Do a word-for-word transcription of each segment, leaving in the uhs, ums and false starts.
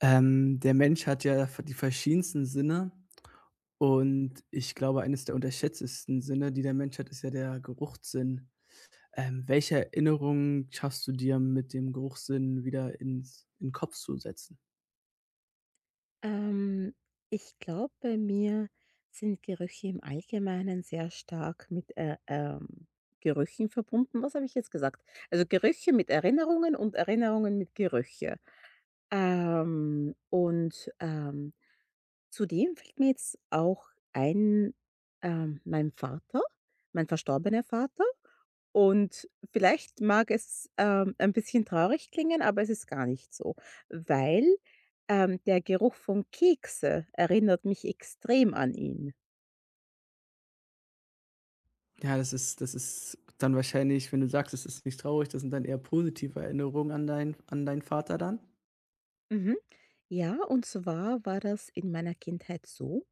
Ähm, der Mensch hat ja die verschiedensten Sinne und ich glaube, eines der unterschätztesten Sinne, die der Mensch hat, ist ja der Geruchssinn. Ähm, welche Erinnerungen schaffst du dir mit dem Geruchssinn wieder ins in den Kopf zu setzen? Ähm, ich glaube, bei mir sind Gerüche im Allgemeinen sehr stark mit, äh, ähm, Gerüchen verbunden. Was habe ich jetzt gesagt? Also Gerüche mit Erinnerungen und Erinnerungen mit Gerüche. Ähm, und, ähm, Zudem fällt mir jetzt auch ein, ähm, mein Vater, mein verstorbener Vater. Und vielleicht mag es, ähm, ein bisschen traurig klingen, aber es ist gar nicht so, weil, ähm, der Geruch von Kekse erinnert mich extrem an ihn. Ja, das ist das ist dann wahrscheinlich, wenn du sagst, es ist nicht traurig, das sind dann eher positive Erinnerungen an deinen an deinen Vater dann? Mhm. Ja, und zwar war das in meiner Kindheit so,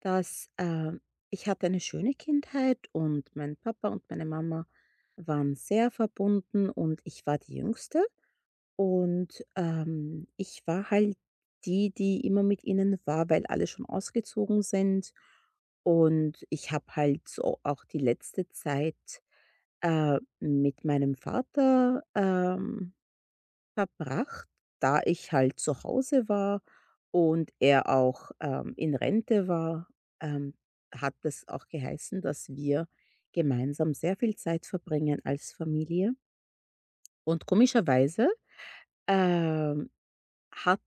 dass äh, ich hatte eine schöne Kindheit und mein Papa und meine Mama waren sehr verbunden und ich war die Jüngste. Und ähm, ich war halt die, die immer mit ihnen war, weil alle schon ausgezogen sind. Und ich habe halt so auch die letzte Zeit äh, mit meinem Vater ähm, Verbracht, da ich halt zu Hause war und er auch, ähm, in Rente war, ähm, hat das auch geheißen, dass wir gemeinsam sehr viel Zeit verbringen als Familie. Und komischerweise, ähm, hat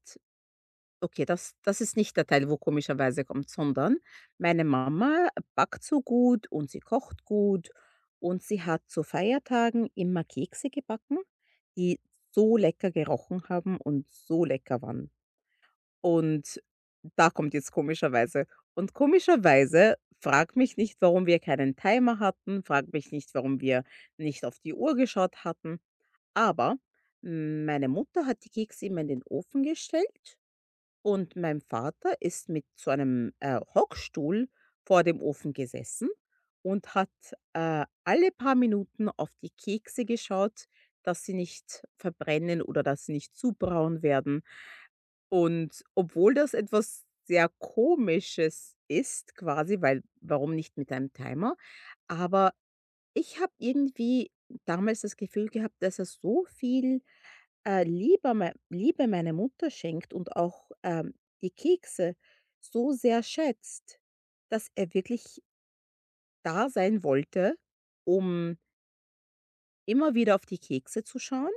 okay, das das ist nicht der Teil, wo komischerweise kommt, sondern meine Mama backt so gut und sie kocht gut und sie hat zu Feiertagen immer Kekse gebacken, die so lecker gerochen haben und so lecker waren. Und da kommt jetzt komischerweise, und komischerweise, frag mich nicht, warum wir keinen Timer hatten, frag mich nicht, warum wir nicht auf die Uhr geschaut hatten, aber mm, meine Mutter hat die Kekse immer in den Ofen gestellt und mein Vater ist mit so einem, äh, Hockstuhl vor dem Ofen gesessen und hat, äh, alle paar Minuten auf die Kekse geschaut, dass sie nicht verbrennen oder dass sie nicht zu braun werden. Und obwohl das etwas sehr Komisches ist quasi, weil warum nicht mit einem Timer? Aber ich habe irgendwie damals das Gefühl gehabt, dass er so viel äh, lieber mei Liebe meine Mutter schenkt und auch, ähm, die Kekse so sehr schätzt, dass er wirklich da sein wollte, um immer wieder auf die Kekse zu schauen,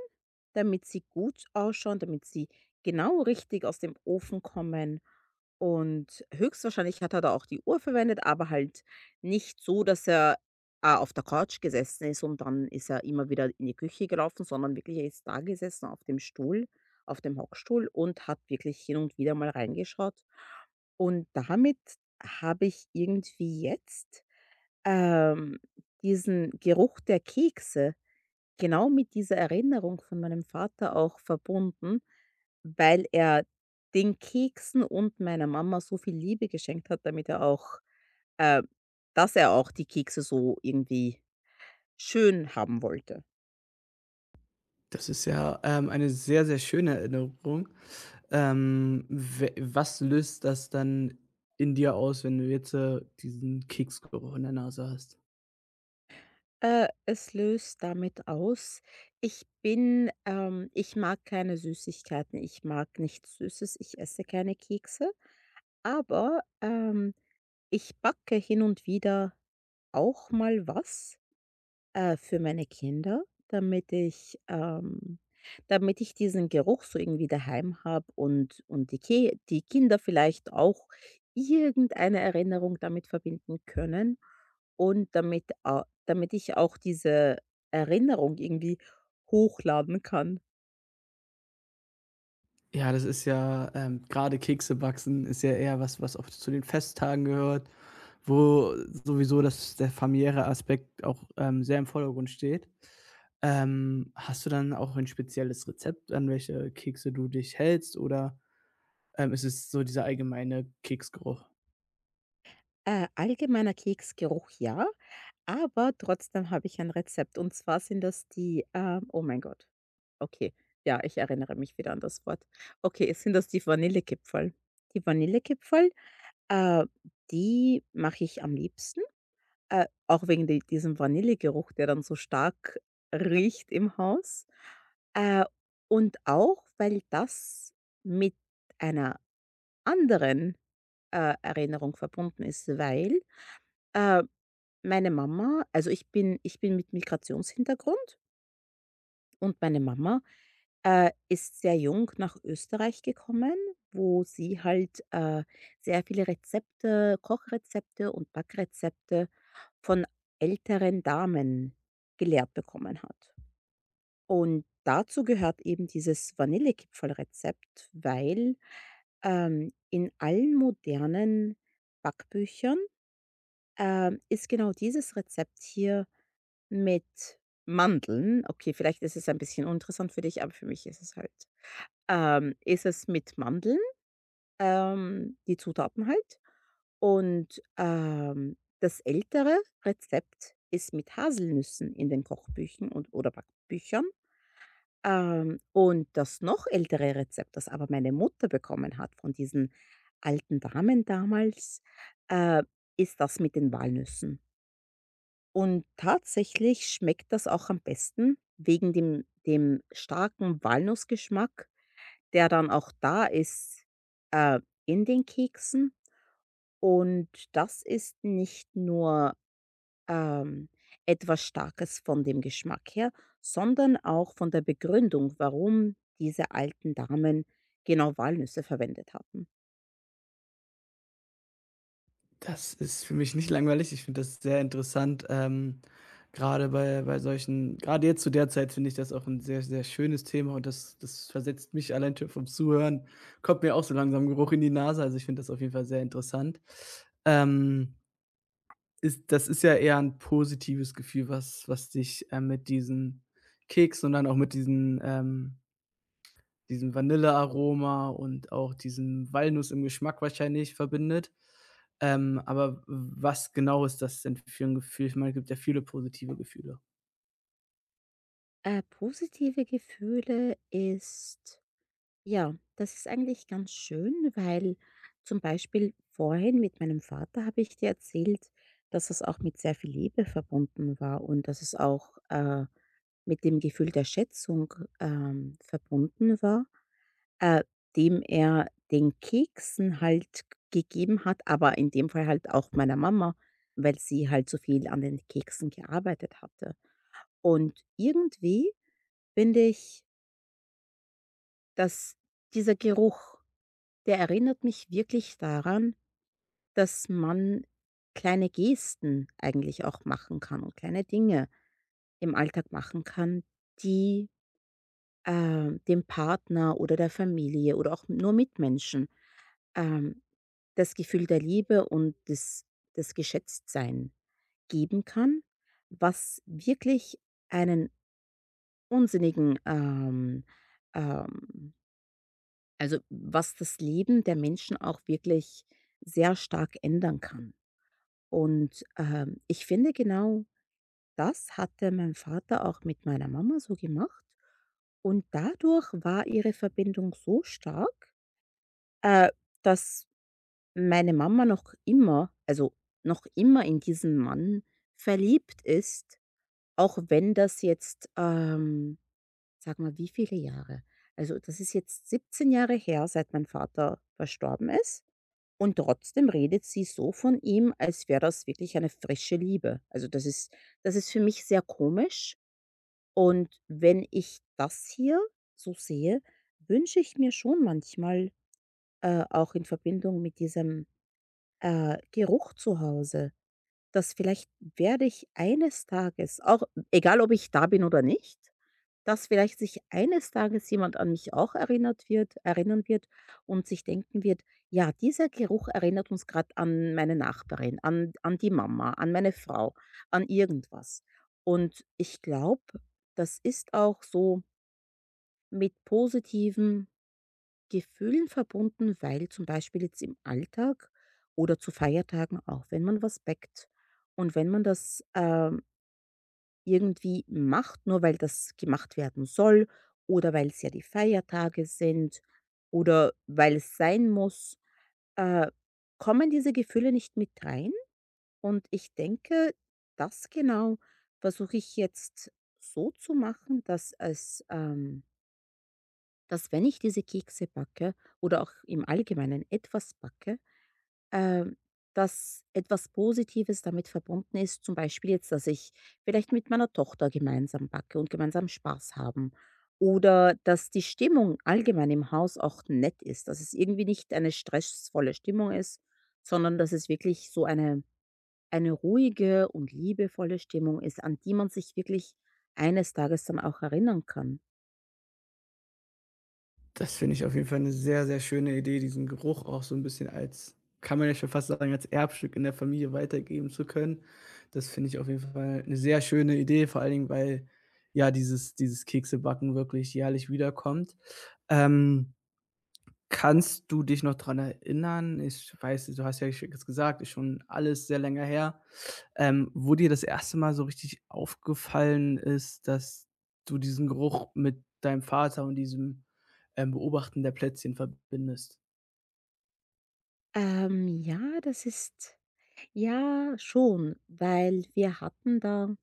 damit sie gut ausschauen, damit sie genau richtig aus dem Ofen kommen. Und höchstwahrscheinlich hat er da auch die Uhr verwendet, aber halt nicht so, dass er, äh, auf der Couch gesessen ist und dann ist er immer wieder in die Küche gelaufen, sondern wirklich, er ist da gesessen auf dem Stuhl, auf dem Hockstuhl, und hat wirklich hin und wieder mal reingeschaut. Und damit habe ich irgendwie jetzt, ähm, diesen Geruch der Kekse genau mit dieser Erinnerung von meinem Vater auch verbunden, weil er den Keksen und meiner Mama so viel Liebe geschenkt hat, damit er auch äh, dass er auch die Kekse so irgendwie schön haben wollte. Das ist ja, ähm, eine sehr, sehr schöne Erinnerung. Ähm, we was löst das dann in dir aus, wenn du jetzt, äh, diesen Keksgeruch in der Nase hast? Äh, es löst damit aus, ich bin ähm, ich mag keine Süßigkeiten, ich mag nichts Süßes, ich esse keine Kekse, aber, ähm, ich backe hin und wieder auch mal was. Äh, für meine Kinder, damit ich ähm, damit ich diesen Geruch so irgendwie daheim habe, und und die Ki die Kinder vielleicht auch irgendeine Erinnerung damit verbinden können und damit a damit ich auch diese Erinnerung irgendwie hochladen kann. Ja, das ist ja, ähm grade Kekse backen ist ja eher was, was oft zu den Festtagen gehört, wo sowieso das der familiäre Aspekt auch, ähm, sehr im Vordergrund steht. Ähm, hast du dann auch ein spezielles Rezept, an welche Kekse du dich hältst oder, ähm, ist es so dieser allgemeine Keksgeruch? Äh, allgemeiner Keksgeruch, ja. Aber trotzdem habe ich ein Rezept, und zwar sind das die, ähm oh mein Gott. Okay, ja, ich erinnere mich wieder an das Wort. Okay, es sind das die Vanillekipferl. Die Vanillekipferl, äh, die mache ich am liebsten, äh, auch wegen di diesem Vanillegeruch, der dann so stark riecht im Haus. Äh, und auch, weil das mit einer anderen, äh, Erinnerung verbunden ist, weil, äh meine Mama, also ich bin ich bin mit Migrationshintergrund und meine Mama, äh, ist sehr jung nach Österreich gekommen, wo sie halt, äh, sehr viele Rezepte, Kochrezepte und Backrezepte von älteren Damen gelehrt bekommen hat. Und dazu gehört eben dieses Vanillekipferlrezept, weil, ähm, in allen modernen Backbüchern ähm, ist genau dieses Rezept hier mit Mandeln, okay, vielleicht ist es ein bisschen uninteressant für dich, aber für mich ist es halt ähm, ist es mit Mandeln, ähm, die Zutaten halt. Und, ähm, das ältere Rezept ist mit Haselnüssen in den Kochbüchern und oder Backbüchern. Ähm, und das noch ältere Rezept, das aber meine Mutter bekommen hat von diesen alten Damen damals, äh, ist das mit den Walnüssen. Und tatsächlich schmeckt das auch am besten wegen dem dem starken Walnussgeschmack, der dann auch da ist, äh, in den Keksen. Und das ist nicht nur, ähm, etwas Starkes von dem Geschmack her, sondern auch von der Begründung, warum diese alten Damen genau Walnüsse verwendet hatten. Das ist für mich nicht langweilig. Ich finde das sehr interessant, ähm, grade bei bei solchen gerade jetzt zu der Zeit finde ich das auch ein sehr, sehr schönes Thema und das das versetzt mich allein schon vom Zuhören kommt mir auch so langsam Geruch in die Nase. Also, ich finde das auf jeden Fall sehr interessant. Ähm, ist das ist ja eher ein positives Gefühl, was was dich, ähm, mit diesen Keksen und dann auch mit diesen, ähm diesem Vanillearoma und auch diesem Walnuss im Geschmack wahrscheinlich verbindet. Ähm, aber was genau ist das denn für ein Gefühl? Ich meine, es gibt ja viele positive Gefühle. Äh, positive Gefühle ist, ja, das ist eigentlich ganz schön, weil zum Beispiel vorhin mit meinem Vater habe ich dir erzählt, dass es auch mit sehr viel Liebe verbunden war, und dass es auch äh, mit dem Gefühl der Schätzung ähm, verbunden war, äh, dem er den Keksen halt gegeben hat, aber in dem Fall halt auch meiner Mama, weil sie halt so viel an den Keksen gearbeitet hatte. Und irgendwie finde ich, dass dieser Geruch, der erinnert mich wirklich daran, dass man kleine Gesten eigentlich auch machen kann und kleine Dinge im Alltag machen kann, die, ähm, dem Partner oder der Familie oder auch nur Mitmenschen, ähm, das Gefühl der Liebe und des des Geschätztsein geben kann, was wirklich einen unsinnigen, ähm, ähm also, was das Leben der Menschen auch wirklich sehr stark ändern kann. Und, ähm, ich finde, genau das hatte mein Vater auch mit meiner Mama so gemacht. Und dadurch war ihre Verbindung so stark, äh, dass meine Mama noch immer, also, noch immer in diesen Mann verliebt ist, auch wenn das jetzt, ähm sag mal, wie viele Jahre? Also, das ist jetzt siebzehn Jahre her, seit mein Vater verstorben ist. Und trotzdem redet sie so von ihm, als wäre das wirklich eine frische Liebe. Also, das ist das ist für mich sehr komisch, und wenn ich das hier so sehe, wünsche ich mir schon manchmal, äh, auch in Verbindung mit diesem, äh, Geruch zu Hause, dass vielleicht werde ich eines Tages, auch egal ob ich da bin oder nicht, dass vielleicht sich eines Tages jemand an mich auch erinnert wird erinnern wird und sich denken wird: „Ja, dieser Geruch erinnert uns gerade an meine Nachbarin, an an die Mama, an meine Frau, an irgendwas.“ Und ich glaube, das ist auch so mit positiven Gefühlen verbunden, weil zum Beispiel jetzt im Alltag oder zu Feiertagen auch, wenn man was backt und wenn man das, ähm irgendwie macht, nur weil das gemacht werden soll oder weil es ja die Feiertage sind oder weil es sein muss. Äh, kommen diese Gefühle nicht mit rein? Und ich denke, das genau versuche ich jetzt so zu machen, dass es ähm, dass wenn ich diese Kekse backe oder auch im Allgemeinen etwas backe, ähm, dass etwas Positives damit verbunden ist, zum Beispiel jetzt, dass ich vielleicht mit meiner Tochter gemeinsam backe und gemeinsam Spaß haben. Oder dass die Stimmung allgemein im Haus auch nett ist, dass es irgendwie nicht eine stressvolle Stimmung ist, sondern dass es wirklich so eine, eine ruhige und liebevolle Stimmung ist, an die man sich wirklich eines Tages dann auch erinnern kann. Das finde ich auf jeden Fall eine sehr, sehr schöne Idee, diesen Geruch auch so ein bisschen als, kann man ja schon fast sagen, als Erbstück in der Familie weitergeben zu können. Das finde ich auf jeden Fall eine sehr schöne Idee, vor allen Dingen, weil ja dieses dieses Keksebacken wirklich jährlich wiederkommt. Ähm Kannst du dich noch dran erinnern? Ich weiß, du hast ja jetzt gesagt, ist schon alles sehr länger her, ähm, wo dir das erste Mal so richtig aufgefallen ist, dass du diesen Geruch mit deinem Vater und diesem, ähm, Beobachten der Plätzchen verbindest? Ähm, ja, das ist ja schon, weil wir hatten da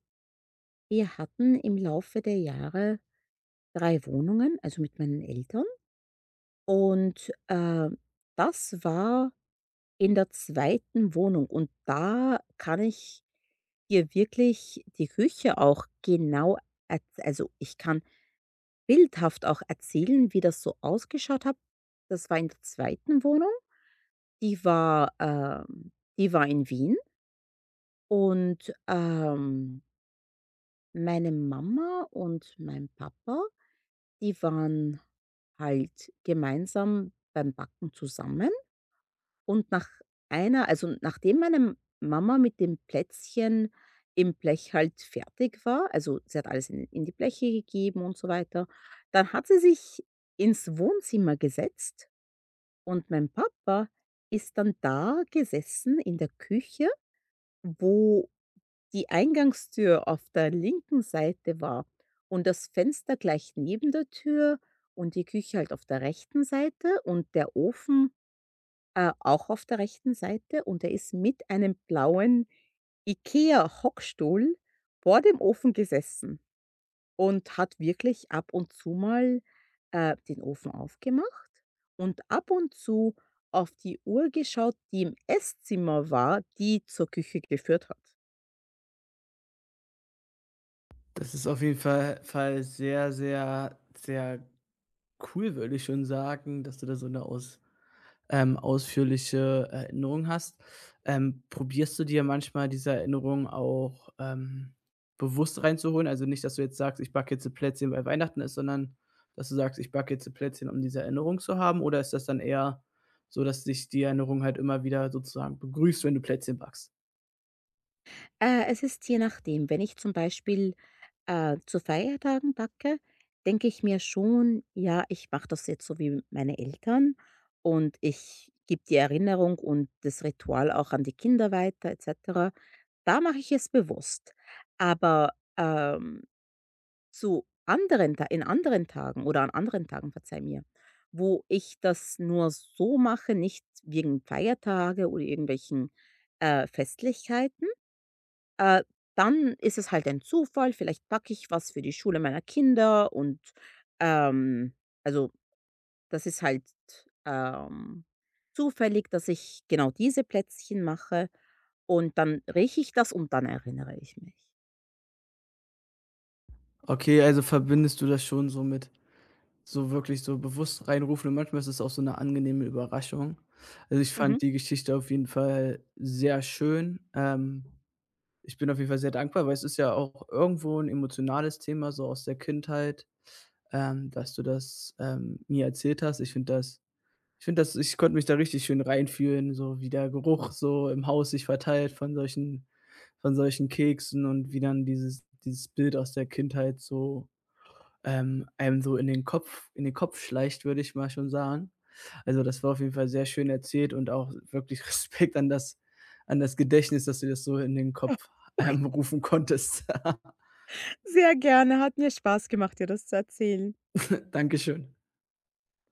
wir hatten im Laufe der Jahre drei Wohnungen, also mit meinen Eltern. Und, äh, das war in der zweiten Wohnung, und da kann ich dir wirklich die Küche auch genau erz also, ich kann bildhaft auch erzählen, wie das so ausgeschaut hat. Das war in der zweiten Wohnung. Die war, ähm die war in Wien und, ähm, meine Mama und mein Papa, die waren halt gemeinsam beim Backen zusammen, und nach einer also nachdem meine Mama mit dem Plätzchen im Blech halt fertig war, also sie hat alles in in die Bleche gegeben und so weiter, dann hat sie sich ins Wohnzimmer gesetzt und mein Papa ist dann da gesessen in der Küche, wo die Eingangstür auf der linken Seite war und das Fenster gleich neben der Tür und die Küche halt auf der rechten Seite und der Ofen, äh, auch auf der rechten Seite, und er ist mit einem blauen IKEA-Hockstuhl vor dem Ofen gesessen und hat wirklich ab und zu mal, äh, den Ofen aufgemacht und ab und zu auf die Uhr geschaut, die im Esszimmer war, die zur Küche geführt hat. Das ist auf jeden Fall Fall sehr, sehr, sehr cool, würde ich schon sagen, dass du da so eine aus ähm, ausführliche äh, Erinnerungen hast, ähm, probierst du dir manchmal diese Erinnerungen auch, ähm, bewusst reinzuholen? Also nicht, dass du jetzt sagst: „Ich backe jetzt ein Plätzchen, weil Weihnachten ist“, sondern dass du sagst: „Ich backe jetzt ein Plätzchen, um diese Erinnerung zu haben“? Oder ist das dann eher so, dass dich die Erinnerung halt immer wieder sozusagen begrüßt, wenn du Plätzchen backst? Äh, es ist je nachdem. Wenn ich zum Beispiel, äh, zu Feiertagen backe, denke ich mir schon: „Ja, ich mache das jetzt so wie meine Eltern und ich gebe die Erinnerung und das Ritual auch an die Kinder weiter et cetera.“ Da mache ich es bewusst. Aber, ähm, zu anderen Ta in anderen Tagen oder an anderen Tagen, verzeih mir, wo ich das nur so mache, nicht wegen Feiertage oder irgendwelchen, äh, Festlichkeiten, äh, dann ist es halt ein Zufall, vielleicht packe ich was für die Schule meiner Kinder und, ähm also, das ist halt, ähm, zufällig, dass ich genau diese Plätzchen mache und dann rieche ich das und dann erinnere ich mich. Okay, also verbindest du das schon so mit so wirklich so bewusst reinrufen und manchmal ist es auch so eine angenehme Überraschung. Also, ich Mhm. fand die Geschichte auf jeden Fall sehr schön, ähm ich bin auf jeden Fall sehr dankbar, weil es ist ja auch irgendwo 'n emotionales Thema so aus der Kindheit, ähm, dass du das, ähm, mir erzählt hast. Ich finde das ich finde das ich konnte mich da richtig schön reinfühlen, so wie der Geruch so im Haus sich verteilt von solchen von solchen Keksen und wie dann dieses dieses Bild aus der Kindheit so, ähm, einem so in den Kopf in den Kopf schleicht, würde ich mal schon sagen. Also, das war auf jeden Fall sehr schön erzählt und auch wirklich Respekt an das an das Gedächtnis, dass du das so in den Kopf, ähm, rufen konntest. Sehr gerne. Hat mir Spaß gemacht, dir das zu erzählen. Dankeschön.